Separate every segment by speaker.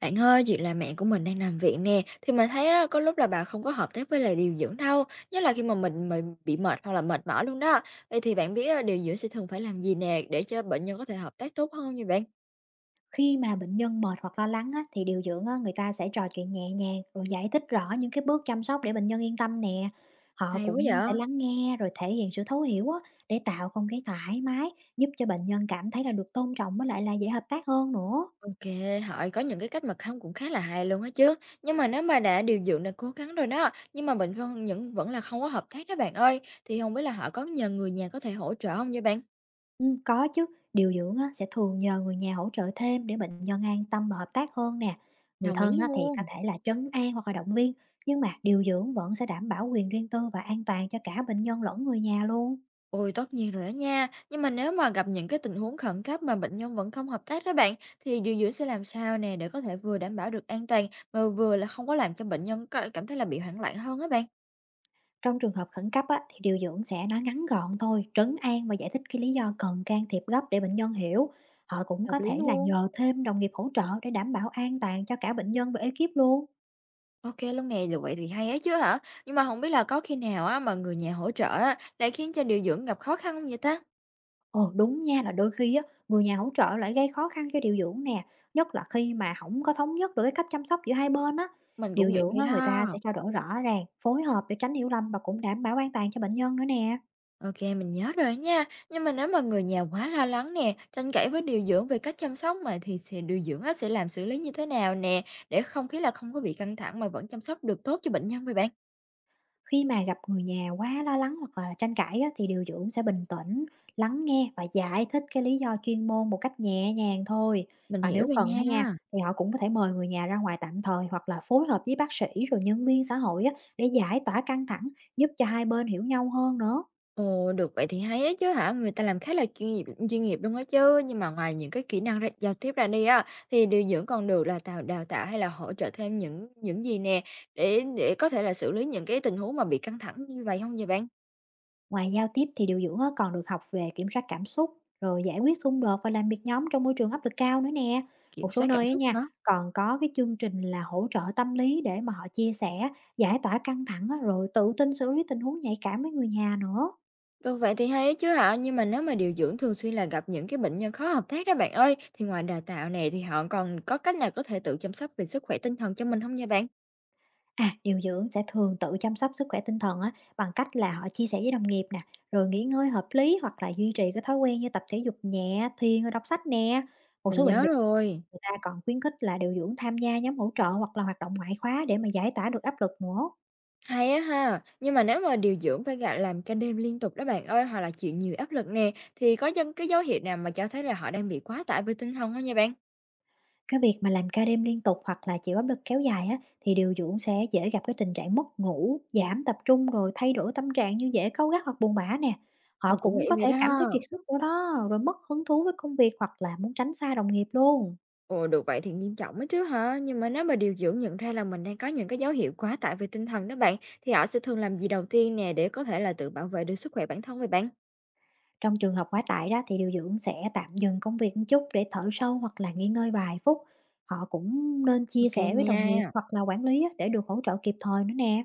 Speaker 1: Bạn ơi, chuyện là mẹ của mình đang nằm viện nè, thì mình thấy á, có lúc là bà không có hợp tác với lại điều dưỡng đâu, nhất là khi mà mình bị mệt hoặc là mệt mỏi luôn đó. Vậy thì bạn biết á, điều dưỡng sẽ thường phải làm gì nè để cho bệnh nhân có thể hợp tác tốt hơn nha bạn?
Speaker 2: Khi mà bệnh nhân mệt hoặc lo lắng á, thì điều dưỡng á, người ta sẽ trò chuyện nhẹ nhàng rồi giải thích rõ những cái bước chăm sóc để bệnh nhân yên tâm nè. Họ
Speaker 1: Hay quá
Speaker 2: cũng sẽ
Speaker 1: vậy.
Speaker 2: lắng nghe rồi thể hiện sự thấu hiểu á, để tạo không khí thoải mái, giúp cho bệnh nhân cảm thấy là được tôn trọng với lại là dễ hợp tác hơn nữa.
Speaker 1: Ok, họ có những cái cách mà không cũng khá là hay luôn á chứ. Nhưng mà nếu mà đã điều dưỡng đã cố gắng rồi đó, nhưng mà bệnh nhân những vẫn là không có hợp tác đó bạn ơi, thì không biết là họ có nhờ người nhà có thể hỗ trợ không vậy bạn?
Speaker 2: Ừ, có chứ, điều dưỡng á, sẽ thường nhờ người nhà hỗ trợ thêm để bệnh nhân an tâm và hợp tác hơn nè. Người
Speaker 1: Đồng
Speaker 2: thân
Speaker 1: ý
Speaker 2: á, thì có
Speaker 1: luôn.
Speaker 2: thể là trấn an hoặc là động viên, nhưng mà điều dưỡng vẫn sẽ đảm bảo quyền riêng tư và an toàn cho cả bệnh nhân lẫn người nhà luôn.
Speaker 1: Ôi, tất nhiên rồi đó nha. Nhưng mà nếu mà gặp những cái tình huống khẩn cấp mà bệnh nhân vẫn không hợp tác đó bạn, thì điều dưỡng sẽ làm sao nè để có thể vừa đảm bảo được an toàn mà vừa là không có làm cho bệnh nhân cảm thấy là bị hoảng loạn hơn á bạn?
Speaker 2: Trong trường hợp khẩn cấp á, thì điều dưỡng sẽ nói ngắn gọn thôi, trấn an và giải thích cái lý do cần can thiệp gấp để bệnh nhân hiểu. Họ cũng
Speaker 1: Hợp
Speaker 2: có
Speaker 1: lý
Speaker 2: thể là
Speaker 1: luôn.
Speaker 2: nhờ thêm đồng nghiệp hỗ trợ để đảm bảo an toàn cho cả bệnh nhân và ekip luôn.
Speaker 1: Ok luôn nè, được vậy thì hay ấy chứ hả? Nhưng mà không biết là có khi nào á mà người nhà hỗ trợ á lại khiến cho điều dưỡng gặp khó khăn không vậy ta?
Speaker 2: Ồ đúng nha, là đôi khi á, người nhà hỗ trợ lại gây khó khăn cho điều dưỡng nè, nhất là khi mà không có thống nhất được cái cách chăm sóc giữa hai bên á.
Speaker 1: Mình cũng
Speaker 2: Điều
Speaker 1: nghĩ
Speaker 2: dưỡng
Speaker 1: vậy
Speaker 2: á, người ta
Speaker 1: đó.
Speaker 2: sẽ trao đổi rõ ràng, phối hợp để tránh hiểu lầm và cũng đảm bảo an toàn cho bệnh nhân nữa nè.
Speaker 1: OK, mình nhớ rồi nha. Nhưng mà nếu mà người nhà quá lo lắng nè, tranh cãi với điều dưỡng về cách chăm sóc mà thì sẽ điều dưỡng á sẽ làm xử lý như thế nào nè, để không khí là không có bị căng thẳng mà vẫn chăm sóc được tốt cho bệnh nhân vậy bạn?
Speaker 2: Khi mà gặp người nhà quá lo lắng hoặc là tranh cãi á, thì điều dưỡng sẽ bình tĩnh, lắng nghe và giải thích cái lý do chuyên môn một cách nhẹ nhàng thôi.
Speaker 1: Mình
Speaker 2: Và
Speaker 1: hiểu
Speaker 2: nếu
Speaker 1: rồi
Speaker 2: cần đó nha,
Speaker 1: nha.
Speaker 2: thì họ cũng có thể mời người nhà ra ngoài tạm thời hoặc là phối hợp với bác sĩ rồi nhân viên xã hội á, để giải tỏa căng thẳng, giúp cho hai bên hiểu nhau hơn nữa.
Speaker 1: Ồ, được vậy thì hay ấy chứ hả? Người ta làm khá là chuyên nghiệp luôn á chứ. Nhưng mà ngoài những cái kỹ năng ra, giao tiếp ra đi á thì điều dưỡng còn được là đào tạo hay là hỗ trợ thêm những gì nè để có thể là xử lý những cái tình huống mà bị căng thẳng như vậy không vậy bạn?
Speaker 2: Ngoài giao tiếp thì điều dưỡng á, còn được học về kiểm soát cảm xúc, rồi giải quyết xung đột và làm việc nhóm trong môi trường áp lực cao nữa nè.
Speaker 1: Kiểm
Speaker 2: Một số
Speaker 1: soát cảm
Speaker 2: nơi á
Speaker 1: xúc hả?
Speaker 2: nha, còn có cái chương trình là hỗ trợ tâm lý để mà họ chia sẻ, giải tỏa căng thẳng á, rồi tự tin xử lý tình huống nhạy cảm với người nhà nữa.
Speaker 1: Được vậy thì hay ấy chứ ạ, nhưng mà nếu mà điều dưỡng thường xuyên là gặp những cái bệnh nhân khó hợp tác đó bạn ơi, thì ngoài đào tạo này thì họ còn có cách nào có thể tự chăm sóc về sức khỏe tinh thần cho mình không nha bạn?
Speaker 2: À, điều dưỡng sẽ thường tự chăm sóc sức khỏe tinh thần á, bằng cách là họ chia sẻ với đồng nghiệp nè, rồi nghỉ ngơi hợp lý hoặc là duy trì cái thói quen như tập thể dục nhẹ, thiền, rồi đọc sách nè. Một
Speaker 1: Mình
Speaker 2: số bệnh
Speaker 1: nhớ
Speaker 2: viện
Speaker 1: rồi.
Speaker 2: người ta còn khuyến khích là điều dưỡng tham gia nhóm hỗ trợ hoặc là hoạt động ngoại khóa để mà giải tỏa được áp lực nữa.
Speaker 1: Hay á ha, nhưng mà nếu mà điều dưỡng phải gặp làm ca đêm liên tục đó bạn ơi, hoặc là chịu nhiều áp lực nè, thì có những cái dấu hiệu nào mà cho thấy là họ đang bị quá tải về tinh thần không nha bạn?
Speaker 2: Cái việc mà làm ca đêm liên tục hoặc là chịu áp lực kéo dài á, thì điều dưỡng sẽ dễ gặp cái tình trạng mất ngủ, giảm tập trung rồi thay đổi tâm trạng như dễ cáu gắt hoặc buồn bã nè. Họ
Speaker 1: Mình cũng
Speaker 2: cũng
Speaker 1: nghĩ
Speaker 2: có
Speaker 1: vậy
Speaker 2: thể cảm thấy
Speaker 1: đó.
Speaker 2: kiệt sức nữa đó, rồi mất hứng thú với công việc hoặc là muốn tránh xa đồng nghiệp luôn.
Speaker 1: Ồ, được vậy thì nghiêm trọng ấy chứ hả? Nhưng mà nếu mà điều dưỡng nhận ra là mình đang có những cái dấu hiệu quá tải về tinh thần đó bạn, thì họ sẽ thường làm gì đầu tiên nè để có thể là tự bảo vệ được sức khỏe bản thân vậy bạn?
Speaker 2: Trong trường hợp quá tải đó thì điều dưỡng sẽ tạm dừng công việc một chút để thở sâu hoặc là nghỉ ngơi vài phút. Họ cũng nên chia
Speaker 1: Ok
Speaker 2: sẻ với đồng nghiệp
Speaker 1: nha.
Speaker 2: hoặc là quản lý á, để được hỗ trợ kịp thời nữa nè.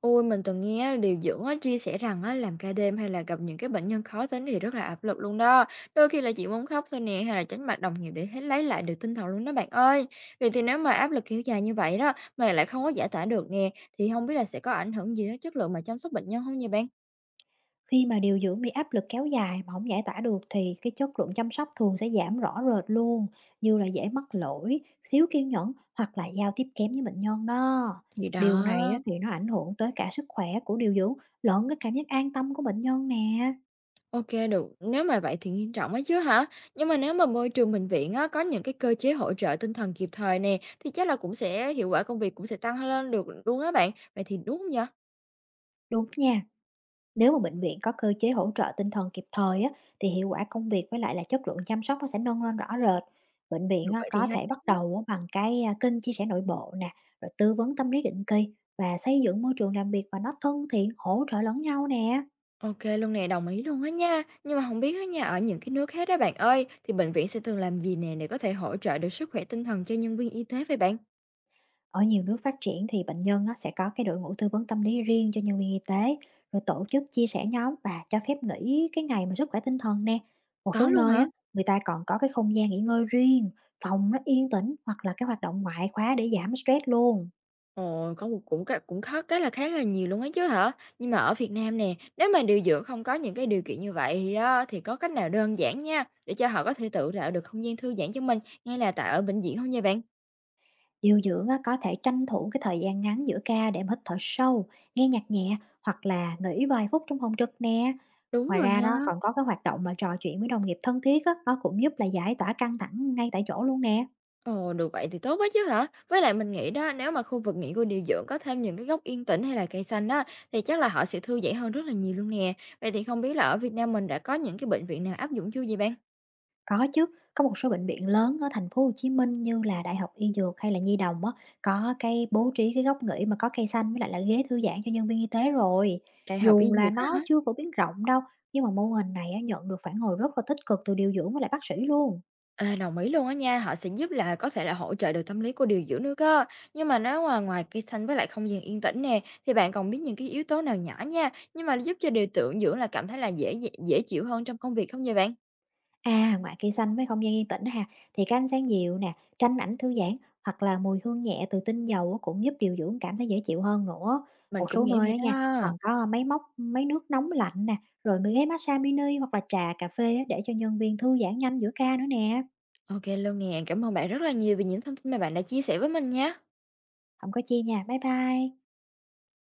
Speaker 1: Ôi, mình từng nghe điều dưỡng á, chia sẻ rằng á, làm ca đêm hay là gặp những cái bệnh nhân khó tính thì rất là áp lực luôn đó. Đôi khi là chỉ muốn khóc thôi nè, hay là tránh mặt đồng nghiệp để hết lấy lại được tinh thần luôn đó bạn ơi. Vậy thì nếu mà áp lực kéo dài như vậy đó, mà lại không có giải tỏa được nè, thì không biết là sẽ có ảnh hưởng gì đến chất lượng mà chăm sóc bệnh nhân không nha bạn?
Speaker 2: Khi mà điều dưỡng bị áp lực kéo dài mà không giải tỏa được thì cái chất lượng chăm sóc thường sẽ giảm rõ rệt luôn, như là dễ mắc lỗi, thiếu kiên nhẫn hoặc là giao tiếp kém với bệnh nhân đó.
Speaker 1: Thì
Speaker 2: Điều
Speaker 1: đó.
Speaker 2: này á thì nó ảnh hưởng tới cả sức khỏe của điều dưỡng lẫn cái cảm giác an tâm của bệnh nhân nè.
Speaker 1: OK được, nếu mà vậy thì nghiêm trọng ấy chứ hả? Nhưng mà nếu mà môi trường bệnh viện á, có những cái cơ chế hỗ trợ tinh thần kịp thời nè, thì chắc là cũng sẽ hiệu quả công việc cũng sẽ tăng lên được luôn á bạn, vậy thì đúng hông vậy?
Speaker 2: Đúng nha. Nếu mà bệnh viện có cơ chế hỗ trợ tinh thần kịp thời á, thì hiệu quả công việc với lại là chất lượng chăm sóc nó sẽ nâng lên rõ rệt. Bệnh viện
Speaker 1: Được,
Speaker 2: á,
Speaker 1: vậy
Speaker 2: có
Speaker 1: thì hay
Speaker 2: thể bắt
Speaker 1: quá.
Speaker 2: đầu á, bằng cái kênh chia sẻ nội bộ nè, rồi tư vấn tâm lý định kỳ và xây dựng môi trường làm việc và nó thân thiện, hỗ trợ lẫn nhau nè.
Speaker 1: Ô luôn nè, đồng ý luôn á nha. Nhưng mà không biết á nha, ở những cái nước khác đó bạn ơi, thì bệnh viện sẽ thường làm gì nè để có thể hỗ trợ được sức khỏe tinh thần cho nhân viên y tế vậy bạn?
Speaker 2: Ở nhiều nước phát triển thì bệnh nhân á, sẽ có cái đội ngũ tư vấn tâm lý riêng cho nhân viên y tế, rồi tổ chức chia sẻ nhóm và cho phép nghỉ cái ngày mà sức khỏe tinh thần nè. Một
Speaker 1: Có
Speaker 2: số
Speaker 1: luôn
Speaker 2: nơi
Speaker 1: hả?
Speaker 2: á, người ta còn có cái không gian nghỉ ngơi riêng, phòng nó yên tĩnh hoặc là cái hoạt động ngoại khóa để giảm stress luôn.
Speaker 1: Ồ, có một cũng cái cũng khá cái là khá là nhiều luôn ấy chứ hả? Nhưng mà ở Việt Nam nè, nếu mà điều dưỡng không có những cái điều kiện như vậy thì đó, thì có cách nào đơn giản nha, để cho họ có thể tự tạo được không gian thư giãn cho mình, ngay là tại ở bệnh viện không nha bạn?
Speaker 2: Điều dưỡng á, có thể tranh thủ cái thời gian ngắn giữa ca để mà hít thở sâu, nghe nhạc nhẹ hoặc là nghỉ vài phút trong phòng trực nè.
Speaker 1: Đúng
Speaker 2: Ngoài
Speaker 1: rồi ha.
Speaker 2: ra đó còn có cái hoạt động mà trò chuyện với đồng nghiệp thân thiết á, nó cũng giúp là giải tỏa căng thẳng ngay tại chỗ luôn nè.
Speaker 1: Ồ, được vậy thì tốt quá chứ hả? Với lại mình nghĩ đó, nếu mà khu vực nghỉ của điều dưỡng có thêm những cái góc yên tĩnh hay là cây xanh đó, thì chắc là họ sẽ thư giãn hơn rất là nhiều luôn nè. Vậy thì không biết là ở Việt Nam mình đã có những cái bệnh viện nào áp dụng chưa vậy bạn?
Speaker 2: Có chứ, có một số bệnh viện lớn ở thành phố Hồ Chí Minh như là Đại học Y Dược hay là Nhi đồng á, có cái bố trí cái góc nghỉ mà có cây xanh với lại là ghế thư giãn cho nhân viên y tế rồi.
Speaker 1: Đại học Y
Speaker 2: Dù là
Speaker 1: Dược á
Speaker 2: nó
Speaker 1: hả?
Speaker 2: chưa phổ biến rộng đâu, nhưng mà mô hình này á, nhận được phản hồi rất là tích cực từ điều dưỡng với lại bác sĩ luôn.
Speaker 1: Ê, đồng ý luôn á nha, họ sẽ giúp là có thể là hỗ trợ được tâm lý của điều dưỡng nữa cơ. Nhưng mà nếu mà ngoài cây xanh với lại không gian yên tĩnh nè, thì bạn còn biết những cái yếu tố nào nhỏ nha, nhưng mà giúp cho điều dưỡng dưỡng là cảm thấy là dễ dễ dễ chịu hơn trong công việc không vậy bạn?
Speaker 2: À, ngoài cây xanh với không gian yên tĩnh ha, thì cái ánh sáng dịu nè, tranh ảnh thư giãn hoặc là mùi hương nhẹ từ tinh dầu á cũng giúp điều dưỡng cảm thấy dễ chịu hơn nữa.
Speaker 1: Mình
Speaker 2: Một
Speaker 1: cũng
Speaker 2: số
Speaker 1: nghĩ
Speaker 2: nơi
Speaker 1: vậy
Speaker 2: á nha,
Speaker 1: đó.
Speaker 2: còn có máy móc, máy nước nóng lạnh nè, rồi mấy ghế massage mini hoặc là trà cà phê á để cho nhân viên thư giãn nhanh giữa ca nữa nè.
Speaker 1: Ok luôn nè, cảm ơn bạn rất là nhiều vì những thông tin mà bạn đã chia sẻ với mình nha.
Speaker 2: Không có chi nha. Bye bye.